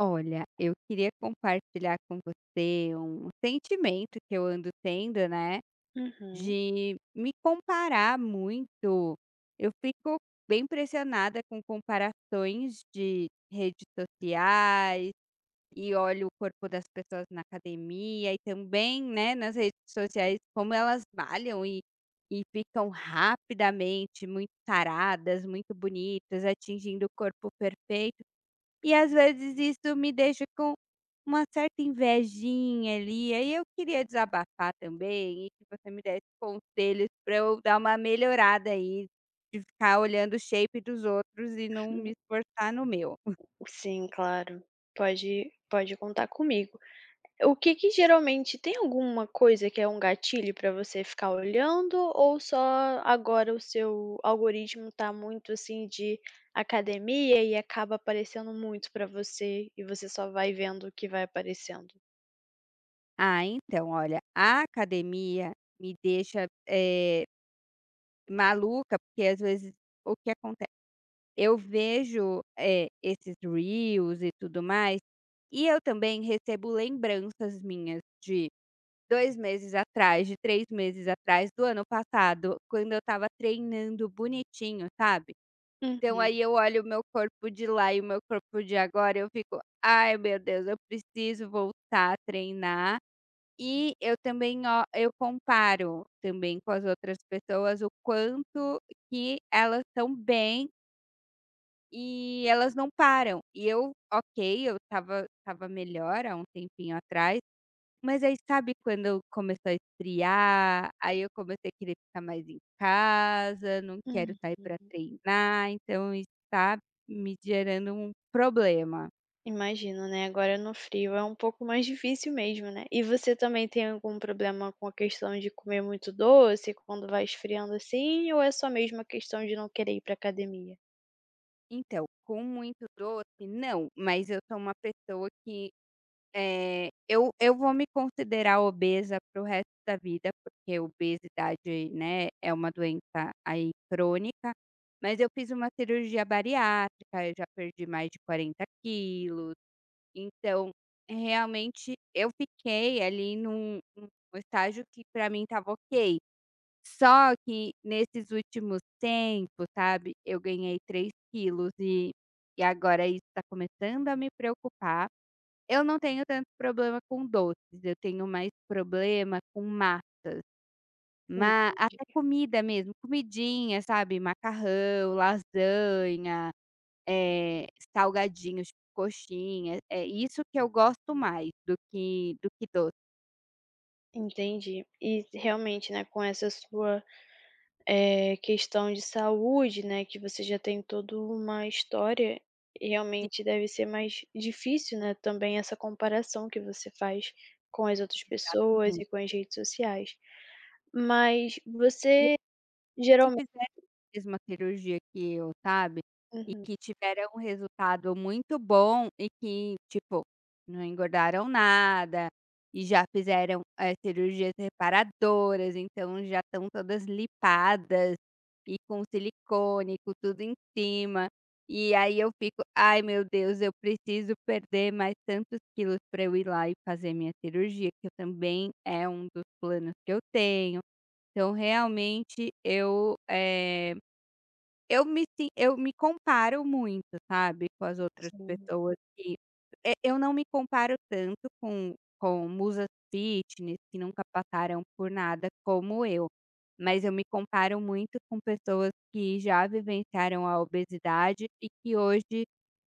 Olha, eu queria compartilhar com você um sentimento que eu ando tendo, né, Uhum. de me comparar muito. Eu fico bem pressionada com comparações de redes sociais e olho o corpo das pessoas na academia e também, né, nas redes sociais, como elas malham e ficam rapidamente muito taradas, muito bonitas, atingindo o corpo perfeito. E às vezes isso me deixa com uma certa invejinha ali, aí eu queria desabafar também e que você me desse conselhos para eu dar uma melhorada aí, de ficar olhando o shape dos outros e não me Hum. esforçar no meu. Sim, claro. Pode contar comigo. O que que geralmente tem alguma coisa que é um gatilho para você ficar olhando ou só agora o seu algoritmo tá muito, assim, de academia e acaba aparecendo muito para você e você só vai vendo o que vai aparecendo? Ah, então olha, a academia me deixa, maluca, porque às vezes o que acontece? Eu vejo, esses reels e tudo mais, e eu também recebo lembranças minhas de 2 meses atrás, de 3 meses atrás, do ano passado, quando eu estava treinando bonitinho, sabe. Então Uhum, aí eu olho o meu corpo de lá e o meu corpo de agora, eu fico: "Ai meu Deus, eu preciso voltar a treinar". E eu também ó, eu comparo também com as outras pessoas o quanto que elas estão bem e elas não param. E eu, ok, eu estava melhor há um tempinho atrás, mas aí sabe, quando começou a esfriar, aí eu comecei a querer ficar mais em casa, não quero sair para uhum. treinar, então está me gerando um problema. Imagino, né, agora no frio é um pouco mais difícil mesmo, né. E você também tem algum problema com a questão de comer muito doce quando vai esfriando assim, ou é só mesmo a questão de não querer ir pra academia? Então, com muito doce, não, mas eu sou uma pessoa que, eu vou me considerar obesa para o resto da vida, porque obesidade, né, é uma doença aí crônica, mas eu fiz uma cirurgia bariátrica, eu já perdi mais de 40 quilos. Então, realmente eu fiquei ali num estágio que para mim estava ok. Só que nesses últimos tempos, sabe, eu ganhei 3 quilos e agora isso está começando a me preocupar. Eu não tenho tanto problema com doces, eu tenho mais problema com má Entendi, até comida mesmo, comidinha, sabe, macarrão, lasanha, eh, salgadinhos, coxinha, é isso que eu gosto mais do que doce. entendi. E realmente, né, com essa sua, questão de saúde, né, que você já tem toda uma história, realmente deve ser mais difícil, né, também essa comparação que você faz com as outras pessoas e Exatamente. com as redes sociais. Mas você Que geralmente fizeram a mesma cirurgia que eu, sabe, e uhum, que tiveram um resultado muito bom e que, tipo, não engordaram nada e já fizeram, cirurgias reparadoras, então já estão todas lipadas e com silicone, com tudo em cima. E aí eu fico: "Ai meu Deus, eu preciso perder mais tantos quilos para eu ir lá e fazer minha cirurgia", que eu também é um dos planos que eu tenho. Então realmente eu, eu me sin eu me comparo muito, sabe, com as outras sim, pessoas que eu não me comparo tanto com musas fitness que nunca passaram por nada como eu, mas eu me comparo muito com pessoas que já vivenciaram a obesidade e que hoje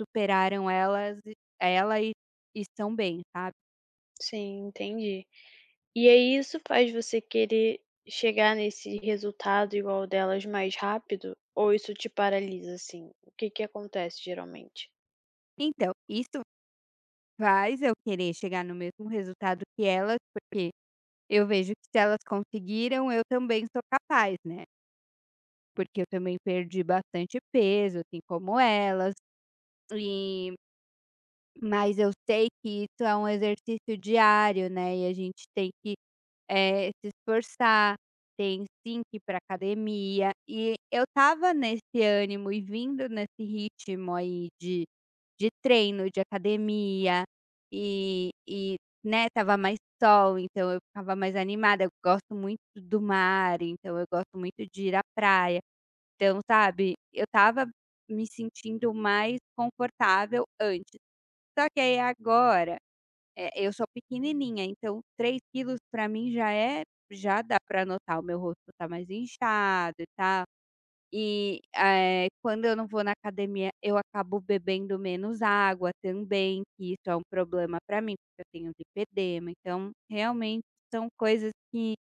superaram elas ela e estão bem, sabe. sim, entendi. E aí isso faz você querer chegar nesse resultado igual o delas mais rápido, ou isso te paralisa, assim? O que que acontece geralmente? Então, isso faz eu querer chegar no mesmo resultado que elas, porque eu vejo que se elas conseguiram, eu também sou capaz, né, porque eu também perdi bastante peso, assim como elas, e mas eu sei que isso é um exercício diário, né, e a gente tem que, se esforçar, tem sim que ir pra academia. E eu estava nesse ânimo e vindo nesse ritmo aí de treino, de academia e e, né, tava mais sol, então eu ficava mais animada. Eu gosto muito do mar, então eu gosto muito de ir à praia. Então, sabe, eu tava me sentindo mais confortável antes. Só que aí agora é, eu sou pequenininha, então 3 quilos para mim já é, já dá para notar, o meu rosto tá mais inchado e tal. E, quando eu não vou na academia, eu acabo bebendo menos água também, que isso é um problema para mim, porque eu tenho lipedema. Então, realmente são coisas que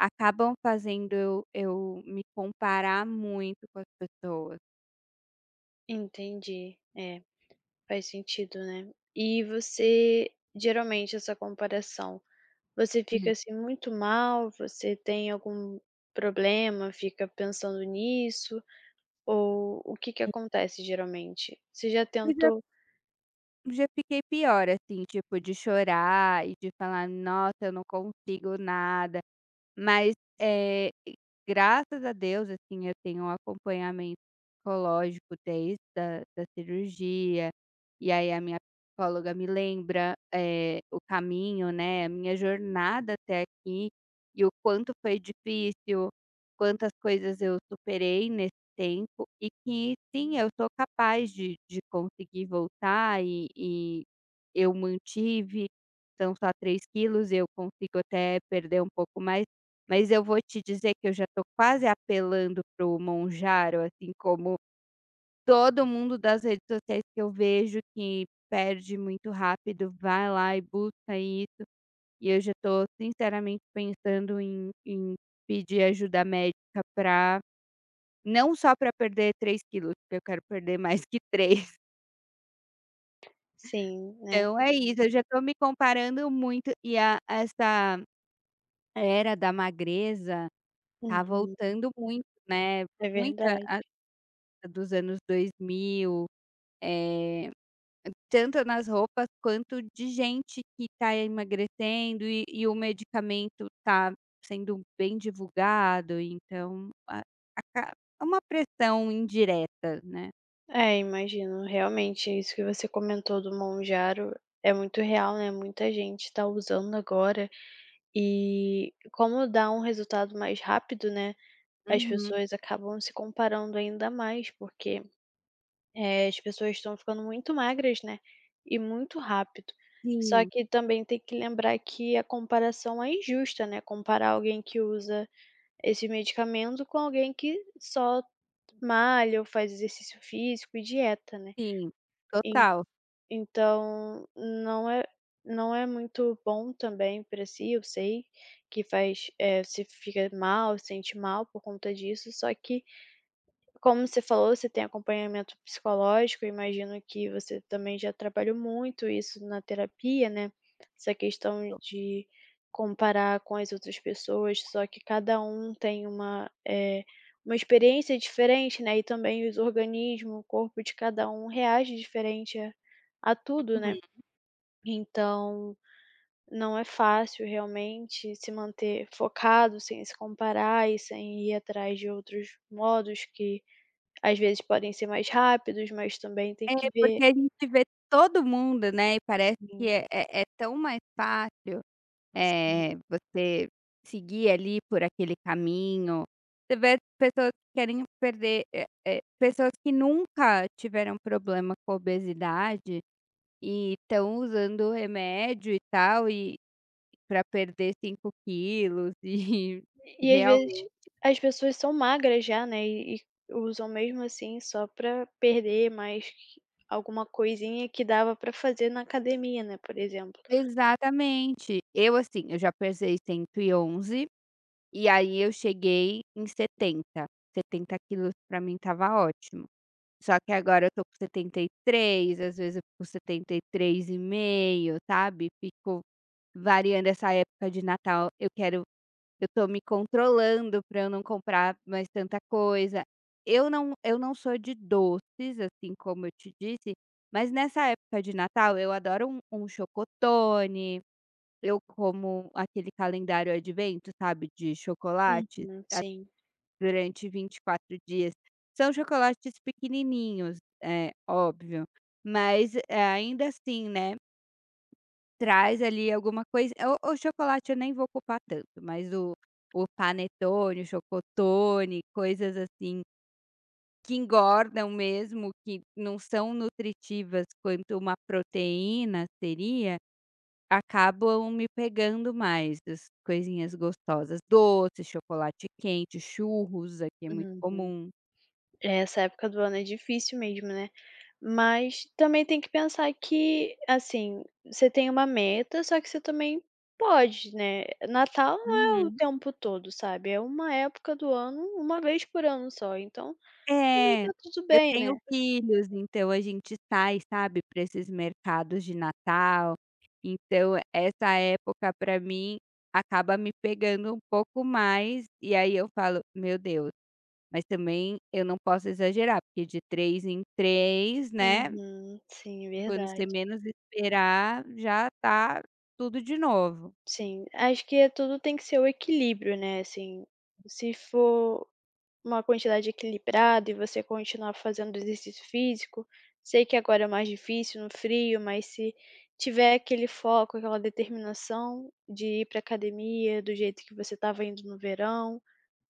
acabam fazendo eu me comparar muito com as pessoas. Entendi, é, faz sentido, né. E você geralmente essa comparação, você fica, Uhum. assim, muito mal, você tem algum problema, fica pensando nisso, ou o que que acontece geralmente? Você já tentou Já fiquei pior, assim, tipo, de chorar e de falar: "Nossa, eu não consigo nada". Mas, eh, graças a Deus, assim, eu tenho um acompanhamento psicológico desde da cirurgia, e aí a minha psicóloga me lembra, o caminho, né, a minha jornada até aqui, e o quanto foi difícil, quantas coisas eu superei nesse tempo, e que sim, eu sou capaz de conseguir voltar e eu mantive, são só 3 quilos, eu consigo até perder um pouco mais. Mas eu vou te dizer que eu já tô quase apelando pro Monjaro, assim como todo mundo das redes sociais que eu vejo que perde muito rápido, vai lá e busca isso, e eu já tô sinceramente pensando em pedir ajuda médica pra não só para perder 3 quilos, porque eu quero perder mais que 3. sim, né. Então é isso, eu já tô me comparando muito e a essa era da magreza tá Uhum, voltando muito, né, é muita verdade. dos anos 2000, eh, tanto nas roupas quanto de gente que está emagrecendo e o medicamento está sendo bem divulgado, então a aca é uma pressão indireta, né. É, imagino, realmente, isso que você comentou do monjaro é muito real, né, muita gente está usando agora, e como dá um resultado mais rápido, né, as Uhum. pessoas acabam se comparando ainda mais, porque, as pessoas estão ficando muito magras, né, e muito rápido. Só Sim, que também tem que lembrar que a comparação é injusta, né, comparar alguém que usa esse medicamento com alguém que só malha ou faz exercício físico e dieta, né. sim, En total. Então não é muito bom também para si, eu sei que faz, você fica mal, sente mal por conta disso, só que como você falou, você tem acompanhamento psicológico, eu imagino que você também já trabalhou muito isso na terapia, né, essa questão de comparar com as outras pessoas, só que cada um tem uma, uma experiência diferente, né, e também os organismos, o corpo de cada um reage diferente a tudo, Uhum. né. Então, não é fácil realmente se manter focado sem se comparar e sem ir atrás de outros modos que às vezes podem ser mais rápidos, mas também tem É, que ver porque a gente vê todo mundo, né, e parece que sim, é tão mais fácil. sim. Você seguir ali por aquele caminho. Você vê pessoas que querem perder pessoas que nunca tiveram problema com obesidade e estão usando remédio e tal e para perder 5 quilos e e E às vezes realmente as pessoas são magras já, né, e usam mesmo assim só pra perder mais alguma coisinha que dava pra fazer na academia, né, por exemplo. exatamente. Eu, assim, eu já pesei 111 e aí eu cheguei em 70. 70 quilos para mim estava ótimo. Só que agora eu tô com 73, às vezes eu fico com 73,5, sabe, fico variando. Essa época de Natal, eu quero, eu tô me controlando pra eu não comprar mais tanta coisa. Eu não sou de doces, assim como eu te disse, mas nessa época de Natal eu adoro um chocotone, eu como aquele calendário advento, sabe, de chocolates Uhum, sim. durante 24 dias. São chocolates pequenininhos, é óbvio, mas, ainda assim, né, traz ali alguma coisa. O chocolate eu nem vou culpar tanto, mas o panetone, o chocotone, coisas assim que engordam mesmo, que não são nutritivas quanto uma proteína seria, acabam me pegando mais, as coisinhas gostosas, doce, chocolate quente, churros, aqui é muito Uhum. comum. Essa época do ano é difícil mesmo, né. Mas também tem que pensar que, assim, você tem uma meta, só que você também pode, né. Natal não é o Uhum. tempo todo, sabe, é uma época do ano, uma vez por ano só, então também É, tá tudo eu bem, tenho né. filhos, então a gente sai, sabe, para esses mercados de Natal, então essa época para mim acaba me pegando um pouco mais, e aí eu falo: "Meu Deus", mas também eu não posso exagerar, porque de 3 em 3, né, Uhum. Sim, é quando você verdade. menos esperar já tá tudo de novo. Sim, acho que é tudo tem que ser o equilíbrio, né, assim, se for uma quantidade equilibrada e você continuar fazendo exercício físico. Sei que agora é mais difícil no frio, mas se tiver aquele foco, aquela determinação de ir para academia do jeito que você estava indo no verão,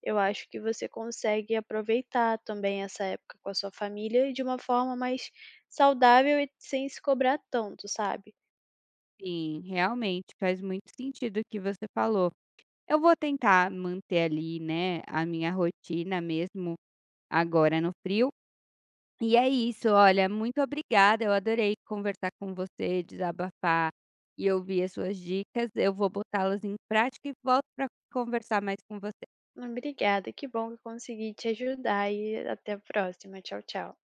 eu acho que você consegue aproveitar também essa época com a sua família de uma forma mais saudável e sem se cobrar tanto, sabe. Sim, realmente faz muito sentido o que você falou. Eu vou tentar manter ali, né, a minha rotina mesmo agora no frio. E é isso, olha, muito obrigada, eu adorei conversar com você, desabafar e ouvir as suas dicas. Eu vou botá-las em prática e volto para conversar mais com você. Obrigada, que bom que eu consegui te ajudar e até a próxima. Tchau, tchau.